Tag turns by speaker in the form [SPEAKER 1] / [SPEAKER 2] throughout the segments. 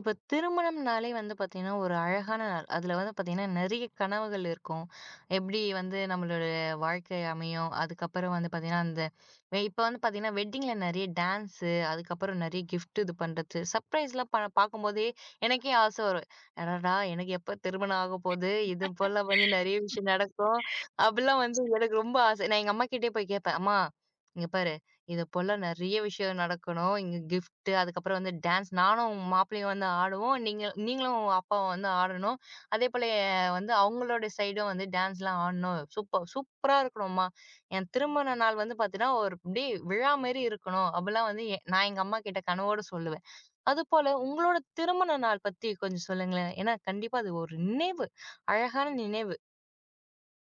[SPEAKER 1] இப்ப திருமணம்னாலே வந்து பாத்தீங்கன்னா, ஒரு அழகான நாள். அதுல வந்து பாத்தீங்கன்னா, நெறைய கனவுகள் இருக்கும். எப்படி வந்து நம்மளோட வாழ்க்கை அமையும், அதுக்கப்புறம் வந்து பாத்தீங்கன்னா, அந்த இப்ப வந்து பாத்தீங்கன்னா, வெட்டிங்ல நெறைய டான்ஸு, அதுக்கப்புறம் நெறைய கிஃப்ட் இது பண்றது, சர்ப்ரைஸ்லாம் பார்க்கும்போதே எனக்கே ஆசை வரும். அடடா! எனக்கு எப்ப திருமணம் ஆக போகுது? இது போல வந்து நெறைய விஷயம் நடக்கும். அப்படிலாம் வந்து எனக்கு ரொம்ப ஆசை. நான் எங்க அம்மாகிட்டயே போய் கேட்பேன். அம்மா, இங்க பாரு இது போல நெறைய விஷயம் நடக்கணும். இங்க கிஃப்ட் அதுக்கப்புறம் வந்து டான்ஸ் நானும் மாப்பிள்ளையும் வந்து ஆடுவோம். நீங்களும் உங்க அப்பாவும் வந்து ஆடணும். அதேபோல வந்து அவங்களோட சைடும் வந்து டான்ஸ்லாம் ஆடணும். சூப்பர் சூப்பரா இருக்கணும்மா! என் திருமண நாள் வந்து பார்த்தீங்கன்னா, ஒரு அப்படியே விழா மாரி இருக்கணும். அப்படிலாம் வந்து நான் எங்க அம்மா கிட்ட கனவோட சொல்லுவேன். அதுபோல உங்களோட திருமண நாள் பத்தி கொஞ்சம் சொல்லுங்களேன். ஏன்னா கண்டிப்பா அது ஒரு நினைவு. அழகான நினைவு.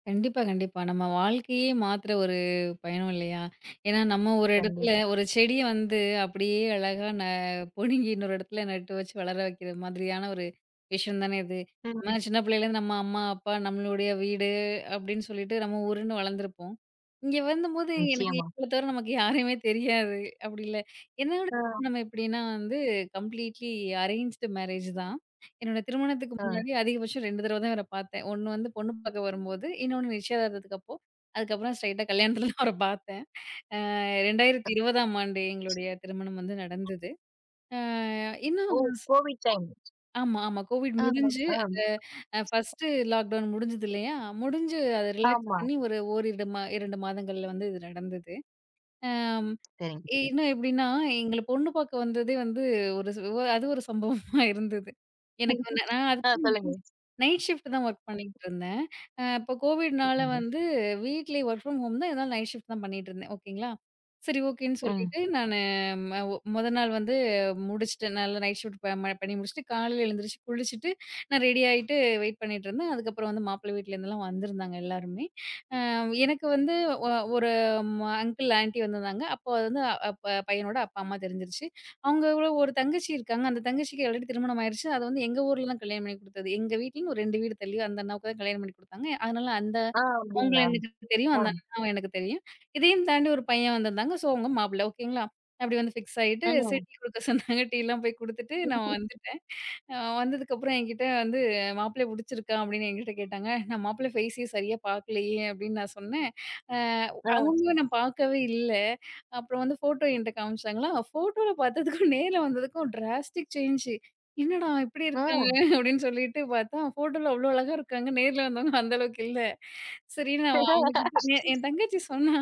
[SPEAKER 2] கண்டிப்பா, கண்டிப்பா. நம்ம வாழ்க்கையே மாத்துற ஒரு பயணம் இல்லையா? ஏன்னா, நம்ம ஒரு இடத்துல
[SPEAKER 1] கண்டிப்பா.
[SPEAKER 2] ஒரு செடிய வந்து அப்படியே அழகா பிடுங்கி இன்னொரு இடத்துல நட்டு வச்சு வளர வைக்கிற மாதிரியான ஒரு விஷயம் தானே இது.
[SPEAKER 1] ம்.
[SPEAKER 2] நம்ம சின்ன பிள்ளையிலேருந்து நம்ம அம்மா, அப்பா, நம்மளுடைய வீடு அப்படின்னு சொல்லிட்டு நம்ம ஊருன்னு வளர்ந்துருப்போம். இங்க வரும்போது எனக்கு
[SPEAKER 1] நிச்சயமா.
[SPEAKER 2] இவங்கள தவிர நமக்கு யாரையுமே தெரியாது. அப்படி இல்ல. என்னோட
[SPEAKER 1] ஆ.
[SPEAKER 2] நம்ம எப்படின்னா வந்து கம்ப்ளீட்லி அரேஞ்ச்டு மேரேஜ் தான். என்னோட திருமணத்துக்கு
[SPEAKER 1] ஆ.
[SPEAKER 2] முன்னாடி அதிகபட்சம் 2 தடவ தான் இவர பார்த்தேன். ஒண்ணு வந்து பொண்ணு பார்க்க வரும்போது, இன்னொன்னு நிச்சயதார்த்தத்துக்கு அப்போ. அதுக்கப்புறம் ஸ்ட்ரெயிட்டா கல்யாணத்துல தான் அவர பார்த்தேன். 2020ஆம் ஆண்டு எங்களுடைய திருமணம் வந்து நடந்தது. அ இன்னும்
[SPEAKER 1] ஓ! Covid time.
[SPEAKER 2] ஆமா, ஆமா. கோவிட்
[SPEAKER 1] ஆ.
[SPEAKER 2] முடிஞ்சு
[SPEAKER 1] ஆ.
[SPEAKER 2] அந்த ஃபர்ஸ்ட்டு லாக்டவுன் முடிஞ்சது இல்லையா? முடிஞ்சு அத ரிலாக்ஸ்
[SPEAKER 1] ஆமா.
[SPEAKER 2] பண்ணி ஒரு ஓரிரு மா 2 மாதங்கள்ல வந்து இது நடந்தது. அம்
[SPEAKER 1] சரிங்க.
[SPEAKER 2] இன்னும் எப்படின்னா, எங்கள பொண்ணு பார்க்க வந்ததே வந்து ஒரு சு அது ஒரு சம்பவமா இருந்தது. எனக்கு வந்து நான்
[SPEAKER 1] ஆ
[SPEAKER 2] அதுக்கு
[SPEAKER 1] சொல்லுங்க.
[SPEAKER 2] நைட் ஷிஃப்ட் தான் வொர்க் பண்ணிக்கிட்டு இருந்தேன். இப்போ கோவிட்னால
[SPEAKER 1] ம்.
[SPEAKER 2] வந்து வீட்லயே வொர்க் ஃப்ரம் ஹோம் தான். இருந்தாலும் நைட் ஷிஃப்ட் தான் பண்ணிட்டு இருந்தேன். ஓகேங்களா. சரி ஓகேன்னு
[SPEAKER 1] ம்.
[SPEAKER 2] சொல்லிட்டு நானு ம மொத நாள் வந்து முடிச்சுட்டேன். நல்லா நைட் ஷிஃப்ட் ப ம பண்ணி முடிச்சுட்டு, காலையில எழுந்திரிச்சு குளிச்சுட்டு, நான் ரெடி ஆயிட்டு வெயிட் பண்ணிட்டு இருந்தேன். அதுக்கப்புறம் வந்து மாப்பிள்ளை வீட்லேருந்துலாம் வந்திருந்தாங்க எல்லாருமே. அ எனக்கு வந்து ஒ ஒரு ஆமா. அங்கிள், ஆன்டி வந்திருந்தாங்க. அப்போ அது வந்து அப்ப பையனோட அப்பா, அம்மா தெரிஞ்சிருச்சு. அவங்களோட ஒரு தங்கச்சி இருக்காங்க. அந்த தங்கச்சிக்கு ஆல்ரெடி திருமணம் ஆயிருச்சு. அது வந்து எங்க ஊர்ல தான் கல்யாணம் பண்ணி குடுத்தது. எங்க வீட்லருந்து ஒரு 2 வீடு தள்ளி அந்த அண்ணாவுக்கு தான் கல்யாணம் பண்ணி குடுத்தாங்க. அதனால அந்த
[SPEAKER 1] ஆ
[SPEAKER 2] அவங்கள
[SPEAKER 1] அப்டிங்களா?
[SPEAKER 2] எனக்கு தெரியும்.
[SPEAKER 1] ஆ.
[SPEAKER 2] அந்த அண்ணாவ எனக்கு தெரியும். இதையும் தாண்டி ஒரு பையன் வந்திருந்தாங்க. ஸோ அவங்க மாப்பிள்ளை. ஓகேங்களா? அப்படி வந்து ஃபிக்ஸ் ஆயிட்டு சரி
[SPEAKER 1] ம்.
[SPEAKER 2] டீ குடுக்க சொன்னாங்க. டீலாம் போய் குடுத்துட்டு நான் வந்துட்டேன். வந்ததுக்கப்புறம் என்கிட்ட வந்து மாப்பிள்ளைய புடிச்சிருக்கா? அப்படின்னு என்கிட்ட கேட்டாங்க. நான் மாப்பிள்ளை ஃபேஸே சரியா பார்க்கலையே அப்படின்னு நான் சொன்னேன்.
[SPEAKER 1] ஆ.
[SPEAKER 2] உண்மையா நான் பார்க்கவே இல்ல. அப்புறம் வந்து ஃபோட்டோ என்ட்ட காமிச்சாங்களா, ஃபோட்டோல பார்த்ததுக்கும் நேர்ல வந்ததுக்கும் டிராஸ்டிக் சேஞ்ச். என்னடா இப்படி இருக்காங்க
[SPEAKER 1] ம்.
[SPEAKER 2] அப்படின்னு சொல்லிட்டு பார்த்தா, ஃபோட்டோல அவ்ளோ அழகா இருக்காங்க. நேர்ல வந்தவங்க அந்த அளவுக்கு இல்ல. சரி நான் அவங்க கிட்ட என் தங்கச்சி சொன்னா,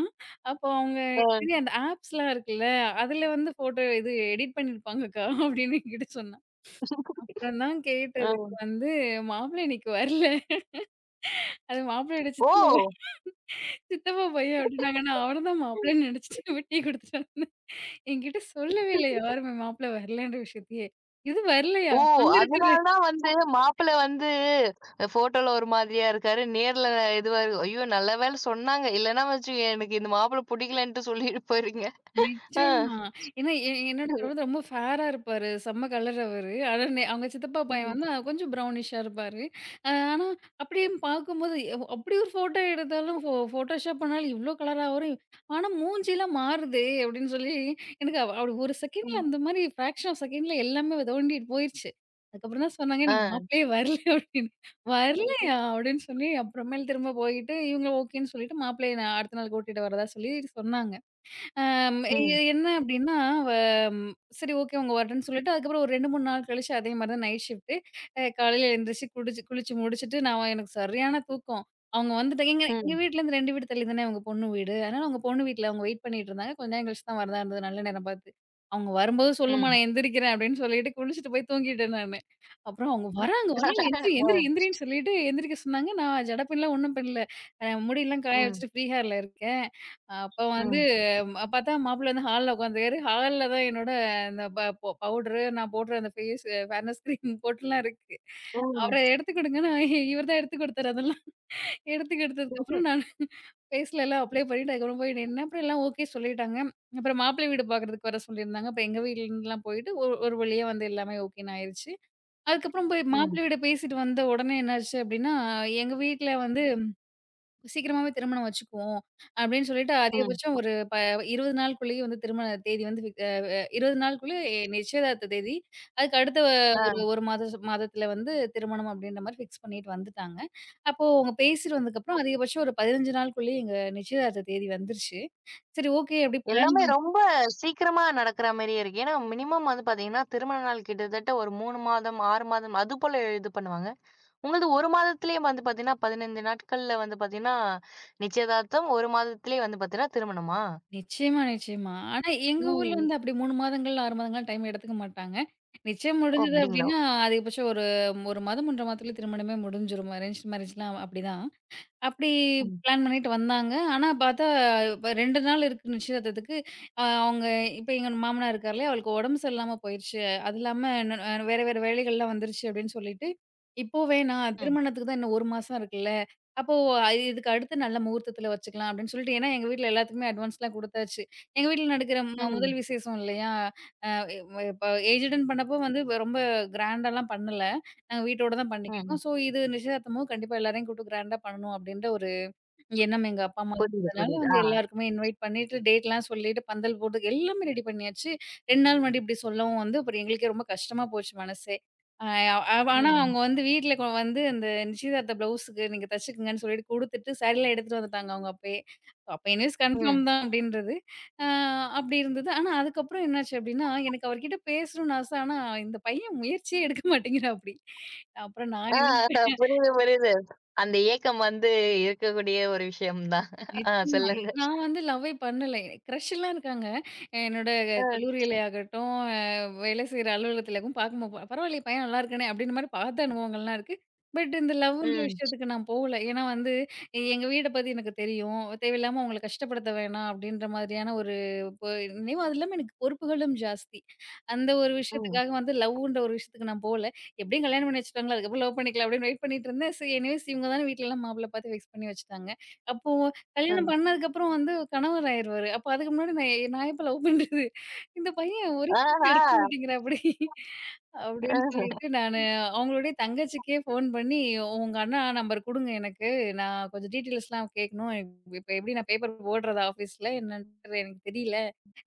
[SPEAKER 2] அப்போ அவங்க
[SPEAKER 1] அ,
[SPEAKER 2] கிட்ட அந்த ஆப்ஸ்லாம் இருக்குல்ல, அதுல வந்து ஃபோட்டோ இது எடிட் பண்ணியிருப்பாங்கக்கா அப்படின்னு என்கிட்ட சொன்னா. அப்புறம் தான் கேட்டதுக்கு
[SPEAKER 1] அ.
[SPEAKER 2] வந்து, "மாப்பிள்ளை இன்னைக்கு வரல. அது மாப்பிள்ளையோட
[SPEAKER 1] ஓ!
[SPEAKER 2] சித்தப்பா பையன்" அப்படின்னாங்க. நான் அவர தான் மாப்பிள்ளைன்னு நெனச்சுட்டு வெட்டி குடுத்துட்டு வந்தேன். என்கிட்ட சொல்லவே இல்ல யாருமே மாப்பிள்ளை வரலன்ற விஷயத்தையே. "இது வரலையா?
[SPEAKER 1] ஓ!
[SPEAKER 2] அங்க இருக்கிற"
[SPEAKER 1] அதனால தான் வந்து மாப்பிள வந்து ஃபோட்டோல ஒரு மாதிரியா இருக்காரு. நேர்ல இதுவா ஐயோ! நல்ல வேள சொன்னாங்க. இல்லன்னா வச்சுக்கோங்க எனக்கு இந்த மாப்பிள புடிக்கலன்ட்டு சொல்லிட்டு போயிருங்க. ஆ.
[SPEAKER 2] நிச்சயமா. ஏன்னா என்னோட கணவர் ரொம்ப ஃபேரா இருப்பாரு. செம்ம கலர் அவரு. ஆனா அவங்க சித்தப்பா பையன் வந்து
[SPEAKER 1] ம்.
[SPEAKER 2] கொஞ்சம் ப்ரௌனிஷா இருப்பாரு. ஆனா அப்படியே பார்க்கும்போது அப்படி ஒரு ஃபோட்டோ எடுத்தாலும் ஃபோட்டோஷாப் பண்ணாலும் இவ்ளோ கலரா வரும். ஆனா மூஞ்சிலாம் மாறுதே அப்படின்னு சொல்லி எனக்கு அப்படி ஒரு செகண்ட்ல
[SPEAKER 1] ம்.
[SPEAKER 2] அந்த மாரி ஃபிராக்ஷன் ஆஃப் செகண்ட்ல எல்லாமே தோண்டிட்டு போயிருச்சு. அதுக்கப்புறம் தான் சொன்னாங்க
[SPEAKER 1] ஆ.
[SPEAKER 2] எனக்கு மாப்பிள்ளையே வரல அப்படின்னு.
[SPEAKER 1] சரி.
[SPEAKER 2] வரலையா? அப்படின்னு சொல்லி அப்புறமேல் திரும்ப போயிட்டு இவங்க ஓகேன்னு சொல்லிட்டு மாப்பிள்ளைய நான் அடுத்த நாள் கூட்டிட்டு வரதா சொல்லி சொன்னாங்க. இது
[SPEAKER 1] ம்.
[SPEAKER 2] என்ன அப்டின்னா, வ ம் சரி ஓகே உங்க வரேன்னு சொல்லிட்டு, அதுக்கப்புறம் ஒரு 2, 3 நாள் கழிச்சு அதே மாரி தான் நைட் ஷிஃப்ட்டு. காலையில எழுந்திரிச்சு குடிச்சு குளிச்சு முடிச்சுட்டு, நான் எனக்கு சரியான தூக்கம். அவங்க வந்துட்டு எங்க எங்க
[SPEAKER 1] ம்.
[SPEAKER 2] வீட்லேருந்து 2 வீடு தள்ளி தானே அவங்க பொண்ணு வீடு. அதனால அவங்க பொண்ணு வீட்ல அவங்க வெயிட் பண்ணிட்டு இருந்தாங்க. கொஞ்ச நேரம் கழிச்சு தான் வரதா இருந்தது, நல்ல நேரம் பார்த்து. அவங்க வரும்போது சொல்லுமா
[SPEAKER 1] ம்.
[SPEAKER 2] நான் எந்திரிக்கிறேன் அப்படின்னு சொல்லிட்டு, குளிச்சுட்டு போய் தூங்கிட்டேன் நானு. அப்புறம் அவங்க வராங்க வராங்க எந்திரி எந்திரி
[SPEAKER 1] ஆ.
[SPEAKER 2] எந்திரின்னு சொல்லிட்டு எந்திரிக்க சொன்னாங்க. நான் ஜடப்பின்லாம் ஒண்ணும் பண்ணல. முடியெல்லாம் காய
[SPEAKER 1] ம்.
[SPEAKER 2] வச்சுட்டு ஃப்ரீ ஹேர்ல இருக்கேன். அப்ப வந்து
[SPEAKER 1] ம்.
[SPEAKER 2] பாத்தா மாப்பிள வந்து ஹால்ல உட்காந்துருக்காரு. ஹால்ல தான் என்னோட இந்த ப ப பவுடரு, நான் போடுற அந்த ஃபேர்னஸ் கிரீம் போட்டுலாம் இருக்கு.
[SPEAKER 1] ம்.
[SPEAKER 2] அவரு எடுத்து குடுங்கன்னு இவர் தான் எடுத்து குடுத்தாரு அதெல்லாம். எடுத்து குடுத்ததுக்கப்புறம் நான் ஃபேஸ்ல எல்லாம் அப்ளை பண்ணிட்டு அதுக்கப்புறம் போய் நின்னேன். அப்புறம் எல்லாம் ஓகே சொல்லிட்டாங்க. அப்புறம் மாப்பிளை வீடு பாக்குறதுக்கு வர சொல்லியிருந்தாங்க. அப்ப எங்க வீட்லலாம் போயிட்டு ஒரு ஒரு வழியா வந்து எல்லாமே ஓகேன்னு ஆயிருச்சு. அதுக்கப்புறம் போய்
[SPEAKER 1] ம்.
[SPEAKER 2] மாப்பிளை வீட பேசிட்டு வந்த உடனே என்னாச்சு அப்டின்னா, எங்க வீட்ல வந்து சீக்கிரமாவே திருமணம் வச்சுக்குவோம். அப்படின்னு சொல்லிட்டு
[SPEAKER 1] ம்.
[SPEAKER 2] அதிகபட்சம் ஒரு ப 20 நாளுக்குள்ளேயே வந்து திருமண தேதி வந்து ஃபிக் அ அ 20 நாளுக்குள்ள நிச்சயதார்த்த தேதி. அதுக்கு அடுத்த
[SPEAKER 1] ஆ.
[SPEAKER 2] ஒரு 1 மாதத்துல வந்து திருமணம் அப்படின்ற மாரி ஃபிக்ஸ் பண்ணிட்டு வந்துட்டாங்க. அப்போ அவங்க பேசிட்டு வந்ததுக்கப்புறம் அதிகபட்சம் ஒரு 15 நாளுக்குள்ளேயே எங்க நிச்சயதார்த்த தேதி வந்துருச்சு. சரி ஓகே அப்படி பிளான்
[SPEAKER 1] எல்லாமே ரொம்ப சீக்கிரமா நடக்குற மாரியே இருக்கு. ஏன்னா, மினிமம் வந்து பார்த்தீங்கன்னா, திருமண நாள் கிட்டத்தட்ட ஒரு 3 மாதம், 6 மாதம் அதுபோல இது பண்ணுவாங்க. உங்களது 1 மாதத்திலேயே வந்து பார்த்தீங்கன்னா, 15 நாட்கள்ல வந்து பார்த்தீங்கன்னா, நிச்சயதார்த்தம். 1 மாதத்திலேயே வந்து பார்த்தீங்கன்னா, திருமணமா?
[SPEAKER 2] நிச்சயமா, நிச்சயமா. ஆனா எங்க ஊர்ல
[SPEAKER 1] ம்.
[SPEAKER 2] வந்து அப்படி 3 மாதங்கள், 6 மாதங்கள் டைம் எடுத்துக்க மாட்டாங்க. நிச்சயம்
[SPEAKER 1] ஓ!
[SPEAKER 2] முடிஞ்சது
[SPEAKER 1] அப்படிங்களா?
[SPEAKER 2] அப்படின்னா அதிகபட்சம் ஒரு 1 மாதம், 1 1/2 மாதத்துக்குள்ள திருமணமே முடிஞ்சிரும். அரேஞ்ச்டு மேரேஜ்லாம் அப்படிதான். அப்படி
[SPEAKER 1] ம்.
[SPEAKER 2] பிளான் பண்ணிட்டு வந்தாங்க. ஆனா பார்த்தா, இப்ப 2 நாள் இருக்கு நிச்சயதார்த்தத்துக்கு. அவங்க இப்ப எங்க மாமனார் இருக்கார் இல்லையா, அவருக்கு உடம்பு சரியில்லாம போயிருச்சு. அது இல்லாம ந அ வேற வேற வேலைகள்லாம் வந்துருச்சு அப்படின்னு சொல்லிட்டு, இப்போ வேணாம்
[SPEAKER 1] ம்.
[SPEAKER 2] திருமணத்துக்கு தான் இன்னும் 1 மாசம் இருக்குல்ல. அப்போ இதுக்கு அடுத்து நல்ல முகூர்த்தத்துல வச்சுக்கலாம் அப்படின்னு சொல்லிட்டு, ஏன்னா எங்க வீட்ல எல்லாத்துக்குமே அட்வான்ஸ்லாம் குடுத்தாச்சு. எங்க வீட்ல நடக்கிற
[SPEAKER 1] ம்.
[SPEAKER 2] முதல் விசேஷம் இல்லையா, அ இப்ப ஏஜ் அட்டெண்ட் பண்ணப்போ வந்து ரொம்ப கிராண்டாலாம் பண்ணல. நாங்க வீட்டோட தான்
[SPEAKER 1] ம்.
[SPEAKER 2] பண்ணிக்கிட்டோம். ஸோ இது நிச்சயதார்த்தமும் கண்டிப்பா எல்லாரையும் கூப்பிட்டு கிராண்டா பண்ணணும் அப்டின்ற ஒரு எண்ணம் எங்க அப்பா, அம்மாக்கு
[SPEAKER 1] புரியுது,
[SPEAKER 2] இருந்ததுனால
[SPEAKER 1] புரியுது.
[SPEAKER 2] வந்து
[SPEAKER 1] ஆ.
[SPEAKER 2] எல்லாருக்குமே இன்வைட் பண்ணிட்டு, டேட்லாம் சொல்லிட்டு, பந்தல் போட்டு எல்லாமே ரெடி பண்ணியாச்சு. 2 நாள் முன்னாடி இப்படி சொல்லவும் வந்து அப்புறம் எங்களுக்கே ரொம்ப கஷ்டமா போச்சு மனசே. அ அவ் ஆனா
[SPEAKER 1] ம்.
[SPEAKER 2] அவங்க வந்து வீட்ல வந்து அந்த நிச்சயதார்த்த ப்ளவுஸுக்கு நீங்க தச்சுக்குங்கன்னு சொல்லிட்டு குடுத்துட்டு, சாரீலாம் எடுத்துட்டு வந்துட்டாங்க அவங்க அப்பயே. அப்ப எனிவேஸ்
[SPEAKER 1] ம்.
[SPEAKER 2] கன்ஃபார்ம் தான் அப்படின்றது. அ அப்படி இருந்தது. ஆனா அதுக்கப்புறம் என்னாச்சு அப்படின்னா, எனக்கு அவர்கிட்ட பேசணும்னு ஆசை. ஆனா இந்த பையன் முயற்சியே எடுக்க மாட்டேங்கிறாப்படி. அப்புறம்
[SPEAKER 1] ஆ
[SPEAKER 2] நான் என்ன
[SPEAKER 1] புரியுது, புரியுது. அந்த ஏக்கம் வந்து இருக்கக்கூடிய ஒரு விஷயம் தான். ஆ
[SPEAKER 2] நிச்சயமா.
[SPEAKER 1] சொல்லுங்க.
[SPEAKER 2] நான் வந்து லவ்வே பண்ணல. க்ரஷ்லாம் இருக்காங்க. என்னோட
[SPEAKER 1] அ.
[SPEAKER 2] கல்லூரியிலே ஆகட்டும், வேலை செய்ற அலுவலகத்திலக்கும் பார்க்கும்போது பரவாயில்லையே பையன் நல்லா இருக்கானே! அப்டின்ற மாரி பார்த்த அனுபவங்கள்லாம் இருக்கு. பட் இந்த லவ்ன்ற
[SPEAKER 1] ம்.
[SPEAKER 2] விஷயத்துக்கு நான் போகல. ஏன்னா வந்து எங்க வீட பத்தி எனக்கு தெரியும். தேவையில்லாம அவங்கள கஷ்டப்படுத்த வேணாம் அப்டின்ற மாதிரியான ஒரு பொ நினைவு அது இல்லாம எனக்கு பொறுப்புகளும் ஜாஸ்தி. அந்த ஒரு
[SPEAKER 1] ம்.
[SPEAKER 2] விஷயத்துக்காக வந்து லவ்ன்ற ஒரு விஷயத்துக்கு நான் போல. எப்டியும் கல்யாணம் பண்ணி வச்சுட்டாங்களா, அதுக்கப்புறம் லவ் பண்ணிக்கலாம் அப்டின்னு வெயிட் பண்ணிட்டு இருந்தேன். சரி எனிவேஸ் இவங்க தானே வீட்லலாம் மாப்பிள பார்த்து ஃபிக்ஸ் பண்ணி வச்சுட்டாங்க. அப்போ கல்யாணம்
[SPEAKER 1] ம்.
[SPEAKER 2] பண்ணதுக்கப்புறம் வந்து கணவர் ஆயிருவாரு. அப்ப அதுக்கு முன்னாடி நான் எப்ப லவ் பண்றது? இந்த பையன் ஒரு ஃபோட்டோ
[SPEAKER 1] ஆஹா!
[SPEAKER 2] எடுக்க மாட்டேங்கிறா அப்படி. அப்படின்னு சொல்லிட்டு நானு அவங்களுடைய தங்கச்சிக்கே ஃபோன் பண்ணி, "உங்க அண்ணா நம்பர் குடுங்க எனக்கு. நான் கொஞ்சம் டீட்டெயில்ஸ்லாம் கேட்கணும். எனக்கு இப்ப எப்படி நான் பேப்பர் போடுறதா ஆஃபீஸ்ல? என்னன்றது எனக்கு தெரியல.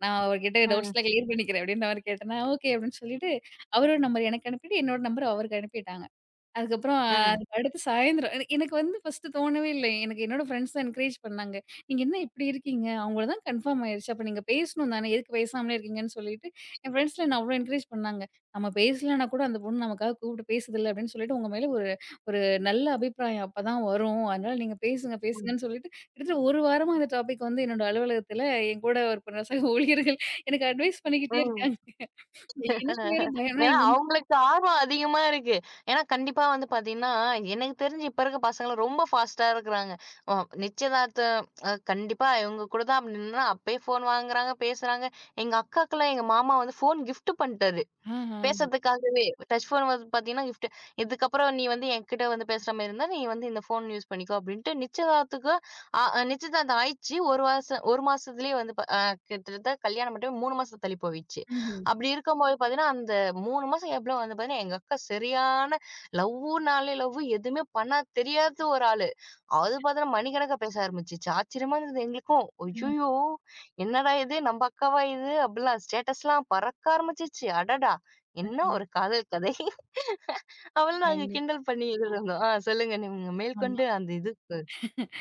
[SPEAKER 2] நான் அவர்கிட்ட
[SPEAKER 1] ம்.
[SPEAKER 2] டவுட்ஸ்லாம் கிளியர் பண்ணிக்கிறேன்." அப்படின்ற மாரி கேட்டேன். நான், "ஓகே." அப்படின்னு சொல்லிட்டு அவரோட நம்பர் எனக்கு அனுப்பிட்டு, என்னோட நம்பர் அவருக்கு அனுப்பிட்டாங்க. அதுக்கப்புறம்
[SPEAKER 1] ம்.
[SPEAKER 2] அதுக்கு அடுத்து சாயந்தரம் எனக்கு வந்து ஃபர்ஸ்ட்டு தோணவே இல்லை. எனக்கு என்னோட ஃப்ரெண்ட்ஸ் தான் என்கரேஜ் பண்ணாங்க. "நீங்க என்ன இப்படி இருக்கீங்க? அவங்கள தான் கன்ஃபார்ம் ஆயிருச்சு. அப்ப நீங்க பேசணும் தானே, எதுக்கு பேசாமலே இருக்கீங்கன்னு" சொல்லிட்டு என் ஃப்ரெண்ட்ஸ்லாம் என்ன அவ்ளோ என்கரேஜ் பண்ணாங்க. "நம்ம பேசலனா கூட அந்த பொண்ணு நமக்காக கூப்பிட்டு பேசுதுல்ல" அப்படின்னு சொல்லிட்டு உங்க மேல ஒரு ஒரு நல்ல அபிப்பிராயம் அப்பதான் வரும். அதனால நீங்க
[SPEAKER 1] ம்.
[SPEAKER 2] பேசுங்கன்னு சொல்லிட்டு கிட்டத்தட்ட ஒரு வாரமா அந்த டாபிக் வந்து என்னோட அலுவலகத்தில என் கூட ஒர்க் பண்ற சக ஊழியர்கள் எனக்கு அட்வைஸ் பண்ணிக்கிட்டே
[SPEAKER 1] ம்.
[SPEAKER 2] இருக்காங்க. எனக்கு வேற பயம். ஆனா,
[SPEAKER 1] ஏன்னா அவங்களுக்கு ஆர்வம் அதிகமா இருக்கு. ஏன்னா கண்டிப்பா வந்து பார்த்தீங்கன்னா, எனக்கு தெரிஞ்சு இப்ப இருக்க பசங்கலாம் ரொம்ப ஃபாஸ்ட்டா இருக்குறாங்க. அ நிச்சயதார்த்தம் கண்டிப்பா இவங்க கூட தான் அப்படி நின்னா அப்பயே ஃபோன் வாங்குறாங்க, பேசுறாங்க. எங்க அக்காக்குலாம் எங்க மாமா வந்து ஃபோன் கிஃப்ட் பண்ட்டாரு.
[SPEAKER 2] ஆஹா.
[SPEAKER 1] பேசுறதுக்காகவே. டச் ஃபோன் வந்து பார்த்தீங்கன்னா, கிஃப்ட். இதுக்கப்புறம் நீ வந்து என்கிட்ட வந்து பேசுற மாரி இருந்தா, நீ வந்து இந்த ஃபோன் யூஸ் பண்ணிக்கோ அப்படின்ட்டு நிச்சயதார்த்தத்துக்கு ஆ, நிச்சயதார்த்தம் ஆயிடுச்சு. 1 வருஷம் 1 மாசத்துலயே வந்து ப அ கிட்டத்தட்ட கல்யாணம் மட்டும் 3 மாசம் தள்ளி போயிடுச்சு.
[SPEAKER 2] ம்ஹ்ம்.
[SPEAKER 1] அப்படி இருக்கும்போது பார்த்தீங்கன்னா, அந்த 3 மாசம் கேப்ல வந்து பார்த்தீங்கன்னா, எங்க அக்கா சரியான லவ்வுனாலே லவ் எதுவுமே பண்ண தெரியாத ஒரு ஆளு. அது பார்த்தீங்கன்னா, மணிக்கணக்கா பேச ஆரம்பிச்சுச்சு. ஆச்சரியமா இருந்தது எங்களுக்கும். "ஐய்யயோ! என்னடா இது நம்ம அக்காவா இது?" அப்படிலாம் ஸ்டேட்டஸ்லாம் பறக்க ஆரம்பிச்சுச்சு. அடடா! என்ன ஒரு காதல் கதை! அவள நாங்க
[SPEAKER 2] கண்டிப்பா.
[SPEAKER 1] கிண்டல் பண்ணி இது இருந்தோம். ஆ சொல்லுங்க நீங்க
[SPEAKER 2] ஆமா.
[SPEAKER 1] மேற்கொண்டு அந்த இதுக்கு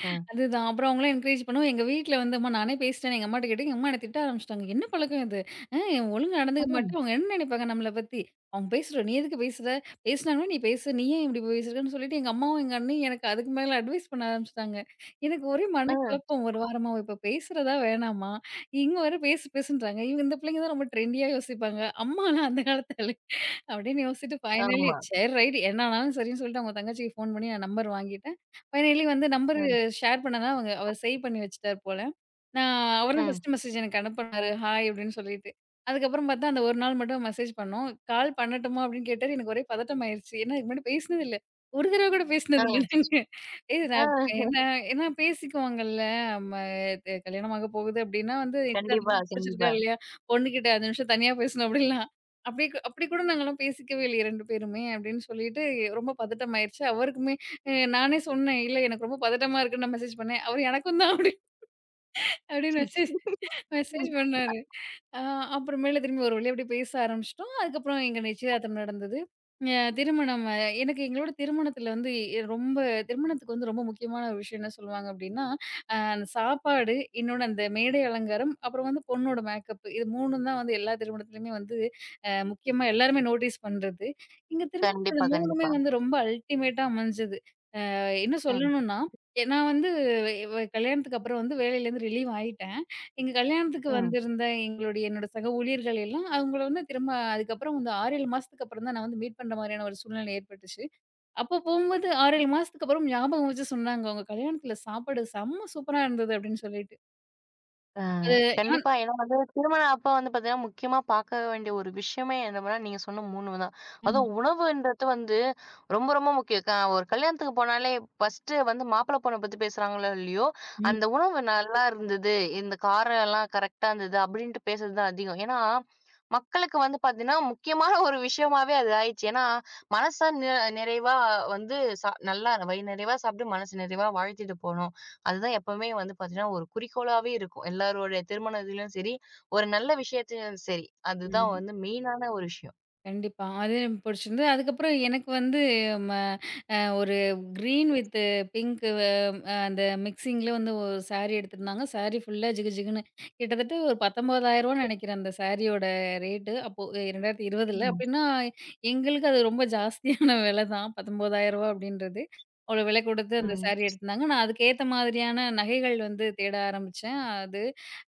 [SPEAKER 1] அ.
[SPEAKER 2] அதுதான். அப்புறம் அவங்களாம் என்கரேஜ் பண்ணவும், எங்க வீட்ல வந்து அம்மா நானே பேசிட்டேன்னு எங்க அம்மாட்ட கேட்டேன். எங்க அம்மா என்ன திட்ட ஆரம்பிச்சுட்டாங்க. "என்ன பழக்கம் இது? அ ஒழுங்கா நடந்துக்க மாட்ற.
[SPEAKER 1] ம்.
[SPEAKER 2] அவங்க என்ன நினைப்பாங்க நம்மள பத்தி? அவங்க பேசுற நீ எதுக்கு பேசுற? பேசுனாங்கன்னா நீ பேசு. நீ ஏன் இப்படி பேசுறன்னு?" சொல்லிட்டு எங்க அம்மாவும், எங்க அண்ணியும் எனக்கு அதுக்கு மேல அட்வைஸ் பண்ண ஆரம்பிச்சுட்டாங்க. எனக்கு ஒரே
[SPEAKER 1] ஆ.
[SPEAKER 2] மனக்குழப்பம் ஒரு வாரமா. இப்ப பேசுறதா வேணாமா? இவங்க வேற பேசுன்றாங்க. இவங்க இந்த பிள்ளைங்க தான் ரொம்ப ட்ரெண்டியா யோசிப்பாங்க. அம்மாலாம் அந்த காலத்து ஆளு. அப்படின்னு யோசிச்சுட்டு ஃபைனலி
[SPEAKER 1] ஆமா.
[SPEAKER 2] சரி ரைட் என்ன ஆனாலும் சரின்னு சொல்லிட்டு அவங்க தங்கச்சிக்கு ஃபோன் பண்ணி நான் நம்பர் வாங்கிட்டேன். ஃபைனலி வந்து நம்பர்
[SPEAKER 1] ம்.
[SPEAKER 2] ஷேர் பண்ணேன்னா, அவங்க அவர் சேவ் பண்ணி வச்சுட்டார் போல. நான் அவர் தான்
[SPEAKER 1] ம்.
[SPEAKER 2] ஃபர்ஸ்ட் மெசேஜ் எனக்கு அனுப்புனாரு. ஹாய் அப்படின்னு சொல்லிட்டு. அதுக்கப்புறம் பார்த்தா, அந்த ஒரு நாள் மட்டும் மெசேஜ் பண்ணோம். கால் பண்ணட்டுமா அப்படின்னு கேட்டாரு. எனக்கு ஒரே பதட்டம் ஆயிருச்சு. ஏன்னா, இதுக்கு முன்னாடி பேசினது இல்ல. ஒரு தடவ கூட
[SPEAKER 1] ஆ.
[SPEAKER 2] பேசினது இல்ல நாங்க. ஏய் நான்
[SPEAKER 1] ஆ.
[SPEAKER 2] ஏன்னா ஏன்னா பேசிக்குவாங்கல்ல. நம்ம இது கல்யாணம் ஆக போகுது அப்படின்னா வந்து
[SPEAKER 1] கண்டிப்பா,
[SPEAKER 2] புடிச்சிருக்கா
[SPEAKER 1] கண்டிப்பா.
[SPEAKER 2] இல்லையா? பொண்ணுகிட்ட 5 நிமிஷம் தனியா பேசணும் அப்படிலாம். அப்படி கூட நாங்கலாம் பேசிக்கவே இல்லையே 2 பேருமே அப்படின்னு சொல்லிட்டு ரொம்ப பதட்டம் ஆயிருச்சு. அவருக்குமே நானே சொன்னேன். "இல்ல எனக்கு ரொம்ப பதட்டமா இருக்குன்னு நான் மெசேஜ் பண்ணேன்." அவரு "எனக்கும் தான்" அப்படி அப்படின்னு மெசேஜ் மெசேஜ் பண்ணாரு. அ அப்புறமேல திரும்பி ஒரு வழியா அப்படியே பேச ஆரம்பிச்சுட்டோம். அதுக்கப்புறம் எங்க நிச்சயதார்த்தம் நடந்தது. அ திருமணம் அ எனக்கு எங்களோட திருமணத்தில வந்து எ ரொம்ப திருமணத்துக்கு வந்து ரொம்ப முக்கியமான ஒரு விஷயம் என்ன சொல்லுவாங்க அப்படின்னா, அந்த சாப்பாடு, இன்னொன்னு அந்த மேடை அலங்காரம், அப்புறம் வந்து பொண்ணோட மேக்கப் இது 3ம் தான் வந்து எல்லா திருமணத்திலயுமே வந்து முக்கியமா எல்லாருமே நோட்டீஸ் பண்றது. இங்க திரும்ப இந்த
[SPEAKER 1] கண்டிப்பா,
[SPEAKER 2] 3மே
[SPEAKER 1] கண்டிப்பா.
[SPEAKER 2] வந்து ரொம்ப அல்டிமேட்டா அமைஞ்சது. என்ன
[SPEAKER 1] ம்.
[SPEAKER 2] சொல்லணும்னா, எ நான் வந்து வ கல்யாணத்துக்கு அப்புறம் வந்து வேலையிலேருந்து ரிலீவ் ஆயிட்டேன். எங்க கல்யாணத்துக்கு
[SPEAKER 1] ம்.
[SPEAKER 2] வந்திருந்த என்னோட சக ஊழியர்கள் எல்லாம், அவங்கள வந்து திரும்ப அதுக்கப்புறம் வந்து 6, 7 மாசத்துக்கு அப்புறம் தான் நான் வந்து மீட் பண்ற மாரியான ஒரு சூழ்நிலை ஏற்பட்டுச்சு. அப்போ போம்போது 6, 7 மாசத்துக்கு அப்புறம் ஞாபகம் வச்சு சொன்னாங்க, "உங்க கல்யாணத்துல சாப்பாடு செம்ம சூப்பரா இருந்தது" அப்படின்னு சொல்லிட்டு. அது ஆன்
[SPEAKER 1] கண்டிப்பா. ஏன்னா வந்து திருமணம் அப்ப வந்து பார்த்தீங்கன்னா, முக்கியமா பார்க்க வேண்டிய ஒரு விஷயமே என்னன்னா, நீங்க சொன்ன 3 தான்.
[SPEAKER 2] ஆமா.
[SPEAKER 1] அதுவும் உணவுன்றது வந்து ரொம்ப, ரொம்ப முக்கியம். க ஒரு கல்யாணத்துக்கு போனாலே ஃபர்ஸ்ட்டு வந்து மாப்பிள்ளை பொண்ண பத்தி பேசுறாங்களோ இல்லையோ,
[SPEAKER 2] ம்,
[SPEAKER 1] அந்த உணவு நல்லா இருந்தது, இந்த காரம் எல்லாம் கரெக்ட்டா இருந்தது அப்படின்ட்டு பேசுறது தான் அதிகம். ஏன்னா, மக்களுக்கு வந்து பார்த்தீங்கன்னா, முக்கியமான ஒரு விஷயமாவே அது ஆயிடுச்சு. ஏன்னா, மனசா நிறைவா வந்து நல்லா வயிறு நிறைவா சாப்பிட்டு, மனசு நிறைவா வாழ்த்திட்டு போணும். அதுதான் எப்பவுமே வந்து பார்த்தீங்கன்னா, ஒரு குறிக்கோளாவே இருக்கும். எல்லாருடைய திருமண இதுலயும் சரி, ஒரு நல்ல விஷயத்திலும் சரி. அதுதான்
[SPEAKER 2] ம்.
[SPEAKER 1] வந்து மெயினான ஒரு விஷயம்.
[SPEAKER 2] கண்டிப்பா. அது எனக்கு புடிச்சிருந்தது. அதுக்கப்புறம் எனக்கு வந்து ம அ ஒரு கிரீன் வித் பிங்க் அந்த மிக்ஸிங்கில வந்து ஒரு சாரி எடுத்திருந்தாங்க. சாரி ஃபுல்லா ஜிகு ஜிகுன்னு கிட்டத்தட்ட ஒரு ரூ. 19,000ன்னு நெனைக்கிறேன் அந்த சாரியோட ரேட்டு. அப்போ 2020ல
[SPEAKER 1] ம்.
[SPEAKER 2] அப்டின்னா, எங்களுக்கு அது ரொம்ப ஜாஸ்தியான வில தான். ரூ. 19,000 அப்டின்றது. அவ்ளோ விலை குடுத்து அந்த
[SPEAKER 1] ம்.
[SPEAKER 2] சாரி எடுத்திருந்தாங்க. நான் அதுக்கேத்த மாதிரியான நகைகள் வந்து தேட ஆரம்பிச்சேன். அது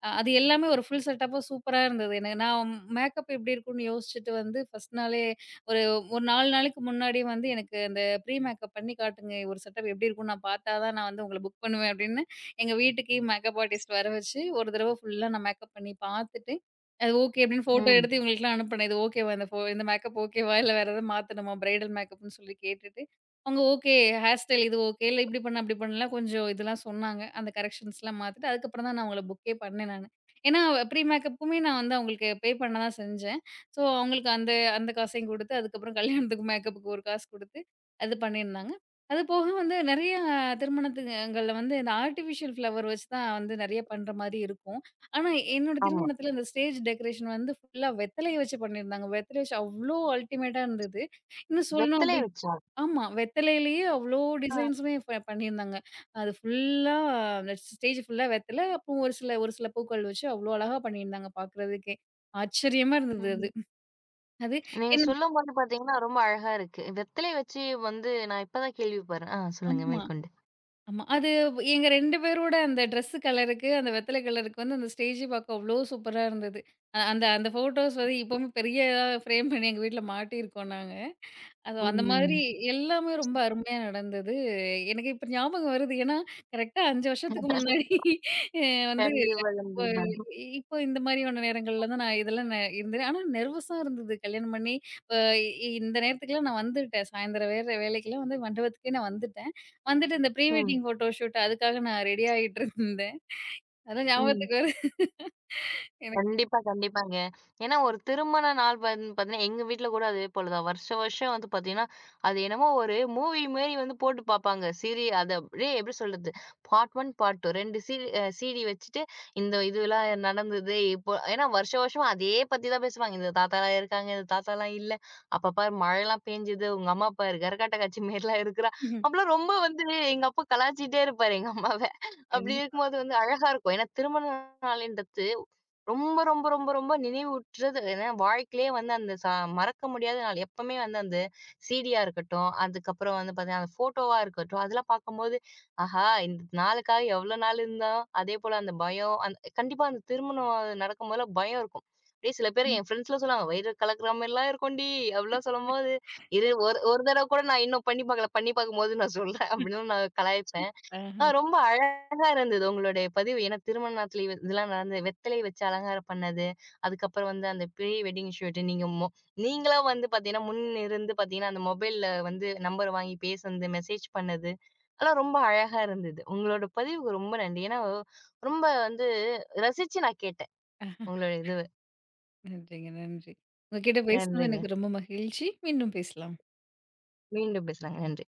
[SPEAKER 2] அ அது எல்லாமே ஒரு ஃபுல் செட்டப்பா சூப்பரா இருந்தது. எனக்கு நான் மேக்கப் எப்படி இருக்கும்னு யோசிச்சுட்டு வந்து ஃபர்ஸ்ட் நாளே ஒரு ஒரு 4 நாளைக்கு முன்னாடி வந்து எனக்கு அந்த ப்ரீ மேக்கப் பண்ணி காட்டுங்க. ஒரு செட்டப் எப்படி இருக்கும்னு நான் பார்த்தா தான் நான் வந்து உங்கள புக் பண்ணுவேன் அப்படின்னு, எங்க வீட்டுக்கே மேக்கப் ஆர்டிஸ்ட் வர வச்சு ஒரு தடவ ஃபுல்லா நான் மேக்கப் பண்ணி பார்த்துட்டு, அது ஓகே அப்படின்னு ஃபோட்டோ
[SPEAKER 1] ம்.
[SPEAKER 2] எடுத்து இவங்களுக்குலாம் அனுப்புனேன். இது ஓகேவா இந்த இந்த மேக்கப் ஓகேவா? இல்ல வேற ஏதாவது மாத்தணுமா? பிரைடல் மேக்கப்ன்னு சொல்லி கேட்டுட்டு அவங்க ஓகே. ஹேர் ஸ்டைல் இது ஓகே. இல்ல இப்படி பண்ணு, அப்படி பண்ணலாம் கொஞ்சம் இதெல்லாம் சொன்னாங்க. அந்த கரெக்ஷன்ஸ்லாம் மாத்திட்டு, அதுக்கப்புறம் தான் நான் அவங்கள புக்கே பண்ணேன் நானு. ஏன்னா ப்ரீ மேக்கப்புக்குமே நான் வந்து அவங்களுக்கு பே பண்ண தான் செஞ்சேன். ஸோ அவங்களுக்கு அந்த அந்த காசையும் குடுத்து, அதுக்கப்புறம் கல்யாணத்துக்கு மேக்கப்புக்கு ஒரு காசு குடுத்து, அது பண்ணியிருந்தாங்க. அது போக வந்து நெறைய திருமணத்துங்கள்ல வந்து இந்த ஆர்ட்டிஃபிஷியல் ஃப்ளவர் வச்சு தான் வந்து நெறைய பண்ற மாரி இருக்கும். ஆனா என்னோட
[SPEAKER 1] ஆமா.
[SPEAKER 2] திருமணத்துல அந்த ஸ்டேஜ் டெக்கரேஷன் வந்து ஃபுல்லா வெத்தலைய வச்சு பண்ணியிருந்தாங்க. வெத்தலைய வச்சு அவ்ளோ அல்டிமேட்டா இருந்தது. இன்னும் சொல்லணும்
[SPEAKER 1] வெத்தலை
[SPEAKER 2] அப்படி
[SPEAKER 1] வச்சா?
[SPEAKER 2] ஆமா. வெத்தலையிலேயே அவ்ளோ
[SPEAKER 1] அ.
[SPEAKER 2] டிசைன்ஸுமே பண்ணியிருந்தாங்க. அது ஃபுல்லா ஸ்டேஜ் ஃபுல்லா வெத்தல. அப்புறம் ஒரு சில பூக்கள் வச்சு அவ்ளோ அழகா பண்ணியிருந்தாங்க பார்க்குறதுக்கே. ஆச்சரியமா இருந்தது அது.
[SPEAKER 1] ம்.
[SPEAKER 2] அது
[SPEAKER 1] நீங்க
[SPEAKER 2] என்
[SPEAKER 1] சொல்லும்போது பார்த்தீங்கன்னா, ரொம்ப அழகா இருக்கு. வெத்தலை வச்சு வந்து நான் இப்ப தான் கேள்விப்படுறேன். ஆ சொல்லுங்க
[SPEAKER 2] ஆமா,
[SPEAKER 1] மேற்கொண்டு.
[SPEAKER 2] ஆமா. அது எங்க 2 பேரோட அந்த ட்ரெஸ்ஸு கலருக்கு, அந்த வெத்தல கலருக்கு வந்து அந்த ஸ்டேஜே பார்க்க அவ்ளோ சூப்பரா இருந்தது. அ அந்த அந்த ஃபோட்டோஸ் வந்து இப்பவுமே பெரிய இதா ஃப்ரேம் பண்ணி எங்க வீட்ல மாட்டியிருக்கோம் நாங்க. அது அந்த மாதிரி
[SPEAKER 1] ம்.
[SPEAKER 2] எல்லாமே ரொம்ப அருமையா நடந்தது. எனக்கு இப்ப ஞாபகம் வருது. ஏன்னா, கரெக்ட்டா 5 வருஷத்துக்கு முன்னாடி அ வந்து
[SPEAKER 1] செண்டு
[SPEAKER 2] இப்ப
[SPEAKER 1] வளம்பி மலர்.
[SPEAKER 2] இப்ப இந்த மாதிரியான நேரங்கள்ல தான் நான் இதெல்லாம் இருந்தேன். ஆனா நெர்வஸா இருந்தது கல்யாணம் பண்ணி. அ இந்த நேரத்துக்குலாம் நான் வந்துட்டேன். சாயந்தரம் வேற வேலைக்கெல்லாம் வந்து மண்டபத்துக்கே நான் வந்துட்டேன். வந்துட்டு இந்த ப்ரீ
[SPEAKER 1] ம்.
[SPEAKER 2] வெட்டிங் ஃபோட்டோ ஷூட் அதுக்காக நான் ரெடி ஆயிட்டு இருந்தேன். அதெல்லாம்
[SPEAKER 1] ம்.
[SPEAKER 2] ஞாபகத்துக்கு வருது எனக்கு.
[SPEAKER 1] கண்டிப்பா, கண்டிப்பாங்க. ஏன்னா ஒரு திருமண நாள் வந்து பார்த்தீங்கன்னா, எங்க வீட்ல கூட அதே போல தான். வருஷம் வருஷம் வந்து பார்த்தீங்கன்னா, அது என்னமோ ஒரு மூவி மாரி வந்து போட்டு பார்ப்பாங்க. சீரி அத அப்படியே எப்படி சொல்றது? பார்ட் 1, பார்ட் 2 2 சீடி அ சீடி வச்சுட்டு, இந்த இதுலாம் நடந்தது. இப்போ ஏன்னா வருஷம் வருஷம் அதே பத்தி தான் பேசுவாங்க. இந்த தாத்தாலாம் இருக்காங்க, இந்த தாத்தாலாம் இல்ல. அப்ப பாரு மழைலாம் பேஞ்சுது. உங்க அம்மா பாரு கரகாட்ட காட்சி மாரிலாம் இருக்கிறா.
[SPEAKER 2] ம்ஹ்ம்.
[SPEAKER 1] அப்பலாம் ரொம்ப வந்து எங்க அப்பா கலாய்ச்சிட்டே இருப்பாரு எங்க அம்மாவ. அப்படி
[SPEAKER 2] கண்டிப்பா.
[SPEAKER 1] இருக்கும்போது வந்து அழகா இருக்கும். ஏன்னா திருமண நாளுன்றது ரொம்ப, ரொம்ப, ரொம்ப, ரொம்ப நினைவூட்டுறது ஏன்னா வாழ்க்கையிலயே வந்து அந்த மறக்க முடியாத நாள். எப்பவுமே வந்து அந்த சீடியா இருக்கட்டும், அதுக்கப்புறம் வந்து பார்த்தீங்கன்னா, அந்த ஃபோட்டோவா இருக்கட்டும், அதெல்லாம் பார்க்கும்போது, ஆஹா! இந்த நாளுக்காக எவ்வளோ நாள் இருந்தோம். அதேபோல அந்த பயம் கண்டிப்பா அந்த திருமணம் நடக்கும்போதெல்லாம் பயம் இருக்கும். அப்படியே சில பேர் என் ஃப்ரெண்ட்ஸ்லாம் சொல்லுவாங்க, "வயிறு கலக்குற மாரிலாம் இருக்கும்டி" அப்படிலாம் சொல்லும்போது, "இரு ஒரு ஒரு தடவ கூட நான் இன்னும் பண்ணி பார்க்கல. பண்ணி பார்க்கும்போது நான் சொல்றேன்" அப்படின்லாம் நான் கலாய்ப்பேன்.
[SPEAKER 2] அஹ,
[SPEAKER 1] ஆ ரொம்ப அழகா இருந்தது உங்களுடைய பதிவு. ஏன்னா திருமணத்தில இதெல்லாம் நடந்தது. வெத்தலை வச்சு அலங்காரம் பண்ணது. அதுக்கப்புறம் வந்து அந்த ப்ரீ வெட்டிங் ஷூட் நீங்க நீங்களா வந்து பார்த்தீங்கன்னா, முன் இருந்து பார்த்தீங்கன்னா, அந்த மொபைல்ல வந்து நம்பர் வாங்கி பேசுனது, மெசேஜ் பண்ணது. அதெல்லாம் ரொம்ப அழகா இருந்தது. உங்களோட பதிவுக்கு ரொம்ப நன்றி. ஏன்னா ரொம்ப வந்து ரசிச்சு நான் கேட்டேன்.
[SPEAKER 2] அஹ.
[SPEAKER 1] உங்களுடைய இதுவ.
[SPEAKER 2] நன்றிங்க, நன்றி. உங்க கிட்ட பேசுனது
[SPEAKER 1] நன்றிங்க.
[SPEAKER 2] எனக்கு ரொம்ப மகிழ்ச்சி. மீண்டும் பேசலாம்.
[SPEAKER 1] மீண்டும் பேசலாங்க. நன்றி.